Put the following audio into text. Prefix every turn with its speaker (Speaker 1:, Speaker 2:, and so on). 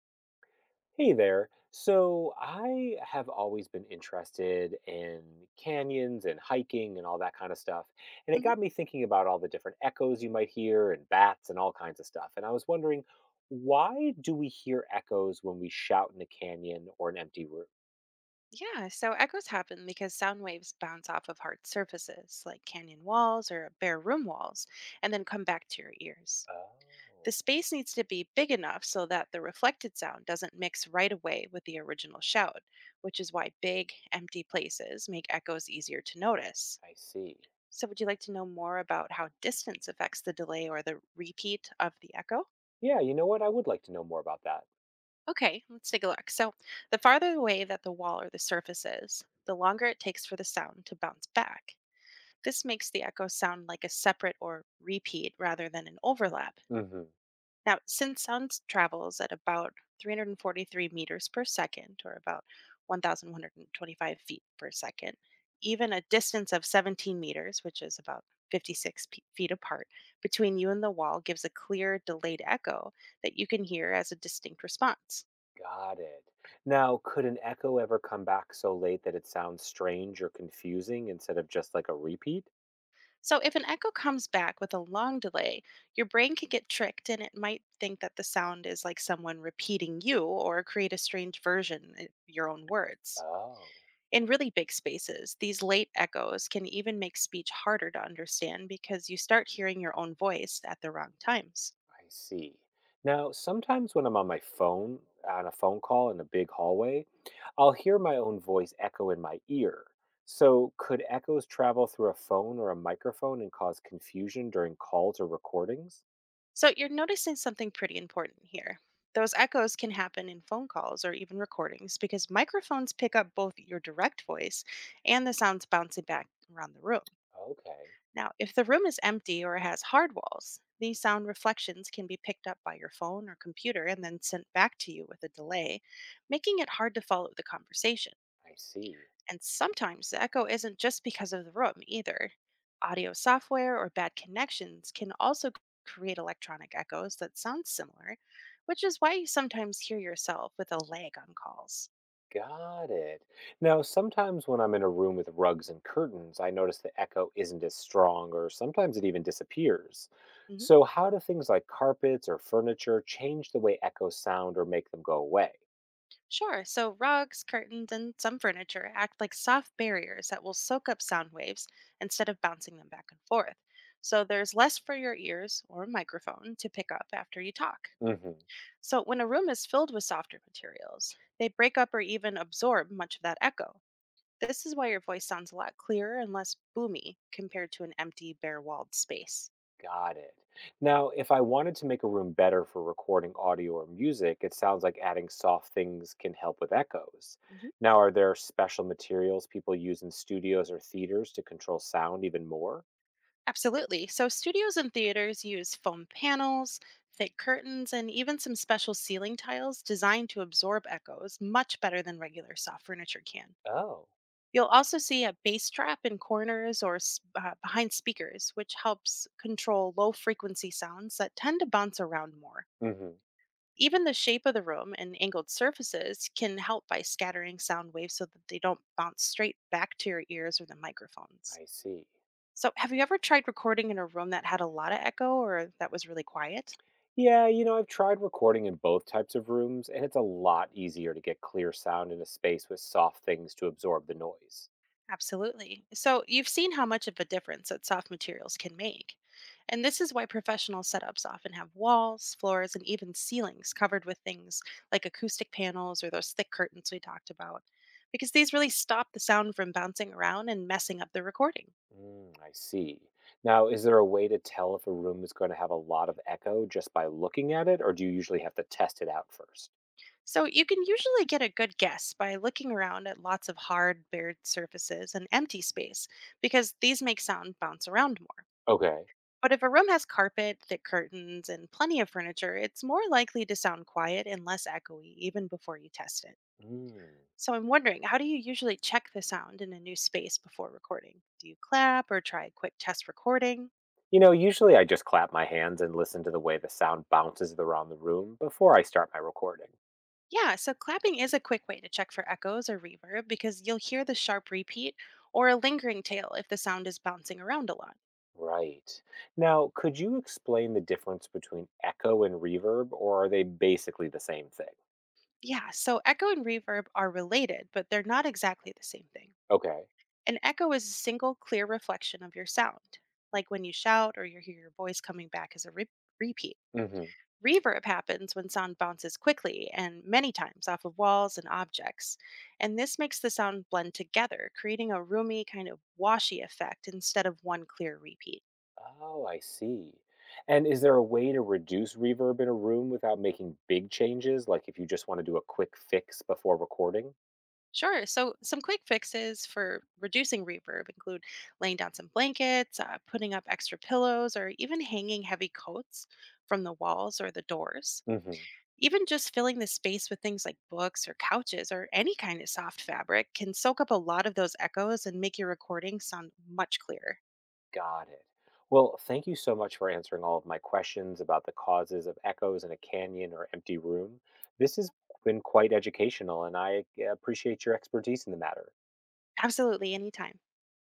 Speaker 1: Hey there. So I have always been interested in canyons and hiking and all that kind of stuff. And it
Speaker 2: Mhm.
Speaker 1: got me thinking about all the different echoes you might hear and bats and all kinds of stuff. And I was wondering, why do we hear echoes when we shout in a canyon or an empty room?
Speaker 2: Yeah, so echoes happen because sound waves bounce off of hard surfaces like canyon walls or bare room walls and then come back to your ears. The
Speaker 1: Oh,
Speaker 2: space needs to be big enough so that the reflected sound doesn't mix right away with the original shout, which is why big, empty places make echoes easier to notice.
Speaker 1: I see.
Speaker 2: So, would you like to know more about how distance affects the delay or the repeat of the echo?
Speaker 1: Yeah, you know what? I would like to know more about that.
Speaker 2: Okay, let's take a look. So, the farther away that the wall or the surface is, the longer it takes for the sound to bounce back. This makes the echo sound like a separate or repeat rather than an overlap.
Speaker 1: Hmm.
Speaker 2: Now, since sound travels at about 343 meters per second, or about 1,125 feet per second, even a distance of 17 meters, which is about 56 feet apart, between you and the wall gives a clear, delayed echo that you can hear as a distinct response.
Speaker 1: Got it. Now, could an echo ever come back so late that it sounds strange or confusing instead of just like a repeat?
Speaker 2: So, if an echo comes back with a long delay, your brain can get tricked and it might think that the sound is like someone repeating you or create a strange version of your own words.
Speaker 1: Oh.
Speaker 2: In really big spaces, these late echoes can even make speech harder to understand because you start hearing your own voice at the wrong times.
Speaker 1: I see. Now, sometimes when I'm on my phone, on a phone call in a big hallway, I'll hear my own voice echo in my ear. So, could echoes travel through a phone or a microphone and cause confusion during calls or recordings?
Speaker 2: So, you're noticing something pretty important here. Those echoes can happen in phone calls or even recordings because microphones pick up both your direct voice and the sounds bouncing back around the room.
Speaker 1: Okay,
Speaker 2: Now, if the room is empty or has hard walls, these sound reflections can be picked up by your phone or computer and then sent back to you with a delay, making it hard to follow the conversation.
Speaker 1: I see.
Speaker 2: And sometimes the echo isn't just because of the room either. Audio software or bad connections can also create electronic echoes that sound similar, which is why you sometimes hear yourself with a lag on calls.
Speaker 1: Got it. Now, sometimes when I'm in a room with rugs and curtains, I notice the echo isn't as strong, or sometimes it even disappears.
Speaker 2: Mhm.
Speaker 1: So, how do things like carpets or furniture change the way echoes sound or make them go away?
Speaker 2: Sure. So rugs, curtains, and some furniture act like soft barriers that will soak up sound waves instead of bouncing them back and forth. So there's less for your ears or microphone to pick up after you talk.
Speaker 1: Hmm.
Speaker 2: So when a room is filled with softer materials, they break up or even absorb much of that echo. This is why your voice sounds a lot clearer and less boomy compared to an empty, bare walled space.
Speaker 1: Got it. Now, if I wanted to make a room better for recording audio or music, it sounds like adding soft things can help with echoes.
Speaker 2: Mhm.
Speaker 1: Now, are there special materials people use in studios or theaters to control sound even more?
Speaker 2: Absolutely. So, studios and theaters use foam panels, thick curtains, and even some special ceiling tiles designed to absorb echoes much better than regular soft furniture can.
Speaker 1: Oh.
Speaker 2: You'll also see a bass trap in corners or behind speakers, which helps control low frequency sounds that tend to bounce around more.
Speaker 1: Hmm.
Speaker 2: Even the shape of the room and angled surfaces can help by scattering sound waves so that they don't bounce straight back to your ears or the microphones.
Speaker 1: I see.
Speaker 2: So, have you ever tried recording in a room that had a lot of echo or that was really quiet?
Speaker 1: Yeah, you know, I've tried recording in both types of rooms, and it's a lot easier to get clear sound in a space with soft things to absorb the noise.
Speaker 2: Absolutely. So, you've seen how much of a difference that soft materials can make. And this is why professional setups often have walls, floors, and even ceilings covered with things like acoustic panels or those thick curtains we talked about, because these really stop the sound from bouncing around and messing up the recording.
Speaker 1: Mm, I see. Now, is there a way to tell if a room is going to have a lot of echo just by looking at it, or do you usually have to test it out first?
Speaker 2: So, you can usually get a good guess by looking around at lots of hard, bared surfaces and empty space, because these make sound bounce around more.
Speaker 1: Okay.
Speaker 2: But if a room has carpet, thick curtains, and plenty of furniture, it's more likely to sound quiet and less echoey even before you test it.
Speaker 1: Mm.
Speaker 2: So I'm wondering, how do you usually check the sound in a new space before recording? Do you clap or try a quick test recording?
Speaker 1: You know, usually I just clap my hands and listen to the way the sound bounces around the room before I start my recording.
Speaker 2: Yeah, so clapping is a quick way to check for echoes or reverb because you'll hear the sharp repeat or a lingering tail if the sound is bouncing around a lot.
Speaker 1: Right. Now, could you explain the difference between echo and reverb, or are they basically the same thing?
Speaker 2: Yeah, so echo and reverb are related, but they're not exactly the same thing.
Speaker 1: Okay.
Speaker 2: An echo is a single clear reflection of your sound, like when you shout or you hear your voice coming back as a repeat. Reverb happens when sound bounces quickly and many times off of walls and objects. And this makes the sound blend together, creating a roomy, kind of washy effect instead of one clear repeat.
Speaker 1: Oh, I see. And is there a way to reduce reverb in a room without making big changes, like if you just want to do a quick fix before recording?
Speaker 2: Sure, so some quick fixes for reducing reverb include laying down some blankets, putting up extra pillows, or even hanging heavy coats from the walls or the doors.
Speaker 1: Hmm.
Speaker 2: Even just filling the space with things like books or couches or any kind of soft fabric can soak up a lot of those echoes and make your recording sound much clearer.
Speaker 1: Got it. Well, thank you so much for answering all of my questions about the causes of echoes in a canyon or empty room. This has been quite educational, and I appreciate your expertise in the matter.
Speaker 2: Absolutely, anytime.